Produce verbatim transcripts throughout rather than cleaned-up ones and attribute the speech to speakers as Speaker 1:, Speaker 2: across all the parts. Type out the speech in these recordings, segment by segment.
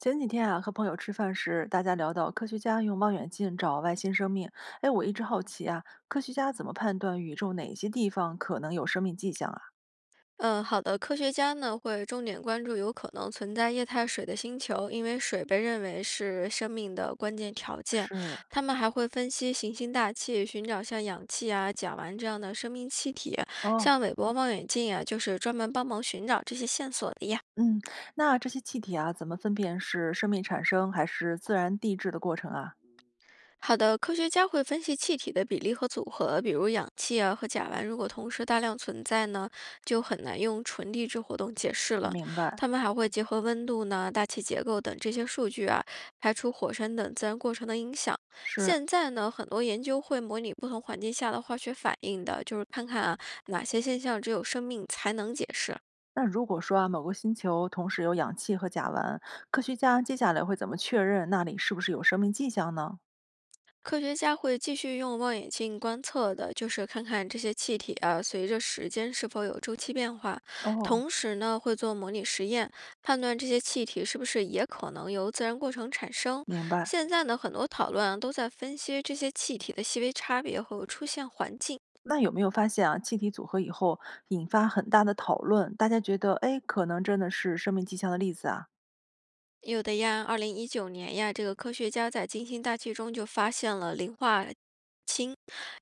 Speaker 1: 前几天啊，和朋友吃饭时，大家聊到科学家用望远镜找外星生命。哎，我一直好奇啊，科学家怎么判断宇宙哪些地方可能有生命迹象啊？
Speaker 2: 嗯，好的。科学家呢会重点关注有可能存在液态水的星球，因为水被认为是生命的关键条件。
Speaker 1: 是，
Speaker 2: 他们还会分析行星大气，寻找像氧气啊、甲烷这样的生命气体。
Speaker 1: 哦，
Speaker 2: 像韦伯望远镜啊，就是专门帮忙寻找这些线索的呀。
Speaker 1: 嗯，那这些气体啊，怎么分辨是生命产生还是自然地质的过程啊？
Speaker 2: 好的，科学家会分析气体的比例和组合，比如氧气啊和甲烷，如果同时大量存在呢，就很难用纯地质活动解释了。
Speaker 1: 明白，
Speaker 2: 他们还会结合温度呢、大气结构等这些数据啊，排除火山等自然过程的影响。
Speaker 1: 是。
Speaker 2: 现在呢，很多研究会模拟不同环境下的化学反应的，就是看看啊哪些现象只有生命才能解释。
Speaker 1: 那如果说啊，某个星球同时有氧气和甲烷，科学家接下来会怎么确认那里是不是有生命迹象呢？
Speaker 2: 科学家会继续用望远镜观测的，就是看看这些气体啊，随着时间是否有周期变化。
Speaker 1: 哦，
Speaker 2: 同时呢，会做模拟实验，判断这些气体是不是也可能由自然过程产生。
Speaker 1: 明白。
Speaker 2: 现在呢，很多讨论啊都在分析这些气体的细微差别和出现环境。
Speaker 1: 那有没有发现啊，气体组合以后引发很大的讨论，大家觉得，哎，可能真的是生命迹象的例子啊？
Speaker 2: 有的呀，二零一九年呀，这个科学家在金星大气中就发现了磷化氢，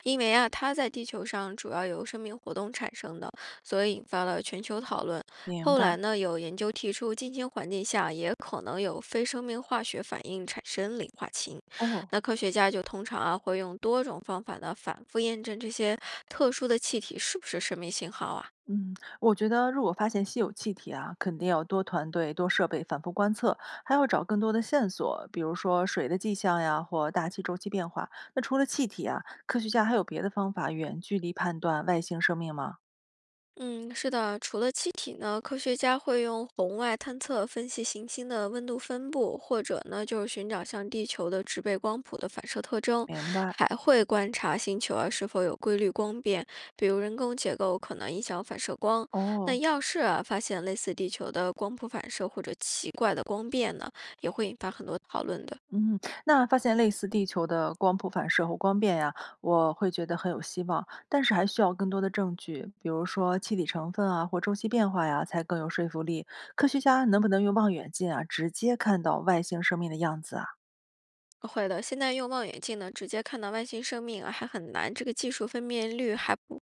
Speaker 2: 因为啊，它在地球上主要由生命活动产生的，所以引发了全球讨论。
Speaker 1: 明
Speaker 2: 后
Speaker 1: 白
Speaker 2: 来呢，有研究提出，金星环境下也可能有非生命化学反应产生磷化氢。
Speaker 1: 哦，
Speaker 2: 那科学家就通常啊，会用多种方法呢，反复验证这些特殊的气体是不是生命信号啊。
Speaker 1: 嗯，我觉得如果发现稀有气体啊，肯定要多团队、多设备反复观测，还要找更多的线索，比如说水的迹象呀，或大气周期变化。那除了气体啊，科学家还有别的方法远距离判断外星生命吗？
Speaker 2: 嗯，是的，除了气体呢，科学家会用红外探测分析行星的温度分布，或者呢就是寻找像地球的植被光谱的反射特征，
Speaker 1: 明白
Speaker 2: 还会观察星球啊是否有规律光变，比如人工结构可能影响反射光。那
Speaker 1: 哦。
Speaker 2: 要是啊发现类似地球的光谱反射或者奇怪的光变呢，也会引发很多讨论的。
Speaker 1: 嗯，那发现类似地球的光谱反射和光变呀，我会觉得很有希望，但是还需要更多的证据，比如说气体成分啊或周期变化呀，才更有说服力。科学家能不能用望远镜啊直接看到外星生命的样子啊？
Speaker 2: 会的，现在用望远镜呢，直接看到外星生命啊，还很难，这个技术分辨率还不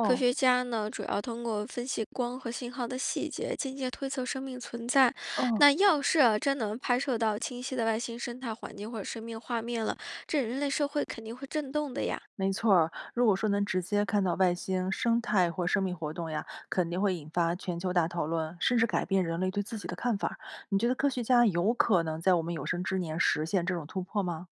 Speaker 2: 科学家呢，主要通过分析光和信号的细节，间接推测生命存在。
Speaker 1: 哦，
Speaker 2: 那要是啊，真能拍摄到清晰的外星生态环境或者生命画面了，这人类社会肯定会震动的呀。
Speaker 1: 没错儿。如果说能直接看到外星生态或生命活动呀，肯定会引发全球大讨论，甚至改变人类对自己的看法儿你觉得科学家有可能在我们有生之年实现这种突破吗？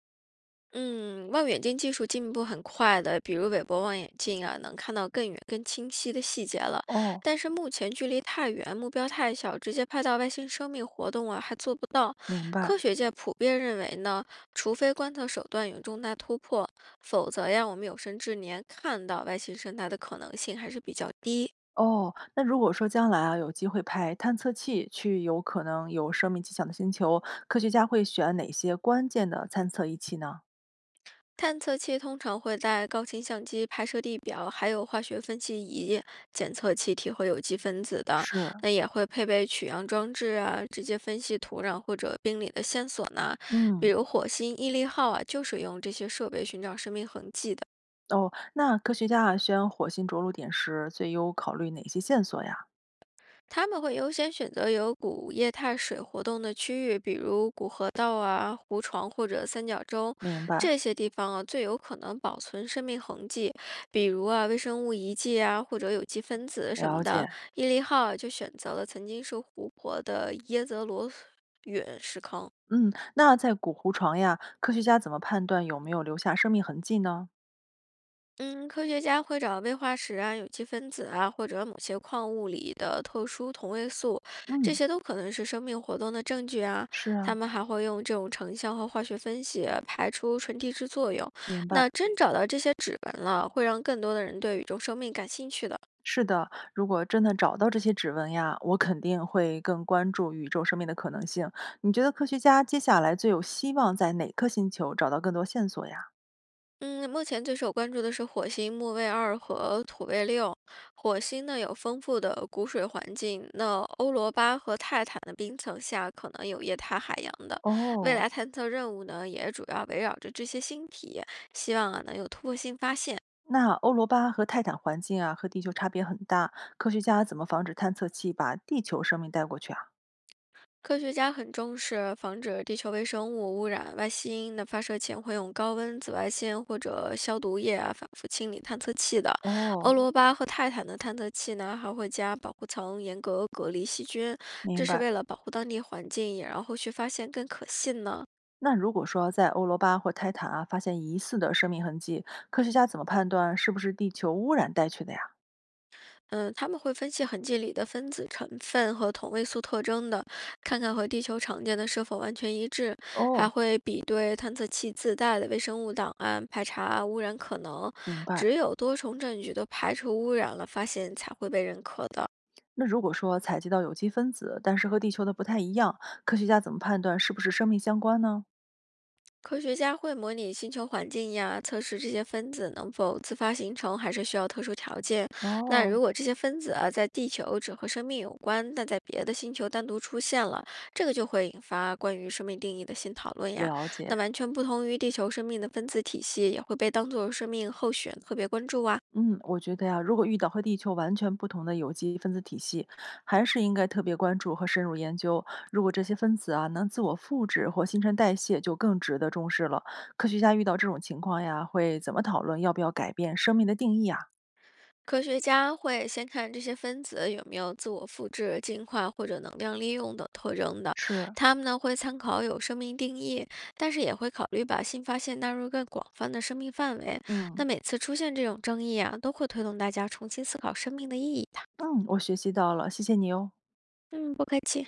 Speaker 2: 嗯，望远镜技术进步很快的，比如韦伯望远镜啊，能看到更远、更清晰的细节了。
Speaker 1: 哦，
Speaker 2: 但是目前距离太远，目标太小，直接拍到外星生命活动啊，还做不到。
Speaker 1: 明白。
Speaker 2: 科学界普遍认为呢，除非观测手段有重大突破，否则呀，我们有生之年看到外星生态的可能性还是比较低。
Speaker 1: 哦，那如果说将来啊有机会派探测器去有可能有生命迹象的星球，科学家会选哪些关键的探测仪器呢？
Speaker 2: 探测器通常会带高清相机拍摄地表，还有化学分析仪检测气体和有机分子的。
Speaker 1: 是，
Speaker 2: 那也会配备取样装置啊，直接分析土壤或者冰里的线索呢。比
Speaker 1: 嗯，
Speaker 2: 如火星毅力号啊，就是用这些设备寻找生命痕迹的。
Speaker 1: 哦，那科学家啊选火星着陆点时，最优考虑哪些线索呀？
Speaker 2: 他们会优先选择有古液态水活动的区域，比如古河道啊、湖床或者三角洲
Speaker 1: 明白，
Speaker 2: 这些地方啊，最有可能保存生命痕迹，比如啊微生物遗迹啊，或者有机分子什
Speaker 1: 了
Speaker 2: 么的。
Speaker 1: 解。
Speaker 2: 毅力号啊就选择了曾经是湖泊的耶泽罗陨石坑。
Speaker 1: 嗯，那在古湖床呀，科学家怎么判断有没有留下生命痕迹呢？
Speaker 2: 嗯，科学家会找微化石啊、有机分子啊，或者某些矿物里的特殊同位素，这
Speaker 1: 嗯，
Speaker 2: 些都可能是生命活动的证据啊。
Speaker 1: 是
Speaker 2: 他
Speaker 1: 啊，
Speaker 2: 们还会用这种成像和化学分析排除纯地质作用。
Speaker 1: 明
Speaker 2: 那
Speaker 1: 白。
Speaker 2: 真找到这些指纹了，会让更多的人对宇宙生命感兴趣的。
Speaker 1: 是的，如果真的找到这些指纹呀，我肯定会更关注宇宙生命的可能性。你觉得科学家接下来最有希望在哪颗星球找到更多线索呀？
Speaker 2: 嗯，目前最受关注的是火星木卫二和土卫六。火星呢有丰富的谷水环境，那欧罗巴和泰坦的冰层下可能有液态海洋的。未
Speaker 1: 哦，
Speaker 2: 来探测任务呢也主要围绕着这些星体，希望啊能有突破性发现。
Speaker 1: 那欧罗巴和泰坦环境啊，和地球差别很大，科学家怎么防止探测器把地球生命带过去啊？
Speaker 2: 科学家很重视防止地球微生物污染。外星那发射前会用高温紫外线或者消毒液啊反复清理探测器的。
Speaker 1: 哦，
Speaker 2: 欧罗哦巴和泰坦的探测器呢还会加保护层，严格隔离细菌，这
Speaker 1: 明
Speaker 2: 是
Speaker 1: 白。
Speaker 2: 为了保护当地环境，也让后续发现更可信呢。
Speaker 1: 那如果说在欧罗巴或泰坦啊发现疑似的生命痕迹，科学家怎么判断是不是地球污染带去的呀？
Speaker 2: 嗯，他们会分析痕迹里的分子成分和同位素特征的，看看和地球常见的是否完全一致，还
Speaker 1: 哦，
Speaker 2: 会比对探测器自带的微生物档案，排查污染可能。
Speaker 1: 明
Speaker 2: 只
Speaker 1: 白。
Speaker 2: 有多重证据都排除污染了，发现才会被认可的。
Speaker 1: 那如果说采集到有机分子，但是和地球的不太一样，科学家怎么判断是不是生命相关呢？
Speaker 2: 科学家会模拟星球环境呀，测试这些分子能否自发形成，还是需要特殊条件。那
Speaker 1: 哦，
Speaker 2: 如果这些分子啊在地球只和生命有关，但在别的星球单独出现了，这个就会引发关于生命定义的新讨论呀。
Speaker 1: 了解，
Speaker 2: 那完全不同于地球生命的分子体系，也会被当作生命候选特别关注啊。
Speaker 1: 嗯，我觉得呀，如果遇到和地球完全不同的有机分子体系，还是应该特别关注和深入研究。如果这些分子啊能自我复制或新陈代谢，就更值得重视了。科学家遇到这种情况呀，会怎么讨论要不要改变生命的定义啊？
Speaker 2: 科学家会先看这些分子有没有自我复制、进化或者能量利用等特征的。
Speaker 1: 是，
Speaker 2: 他们呢会参考有生命定义，但是也会考虑把新发现纳入更广泛的生命范围。
Speaker 1: 嗯
Speaker 2: 那每次出现这种争议啊，都会推动大家重新思考生命的意义的。
Speaker 1: 嗯，我学习到了，谢谢你哦。
Speaker 2: 嗯，不客气。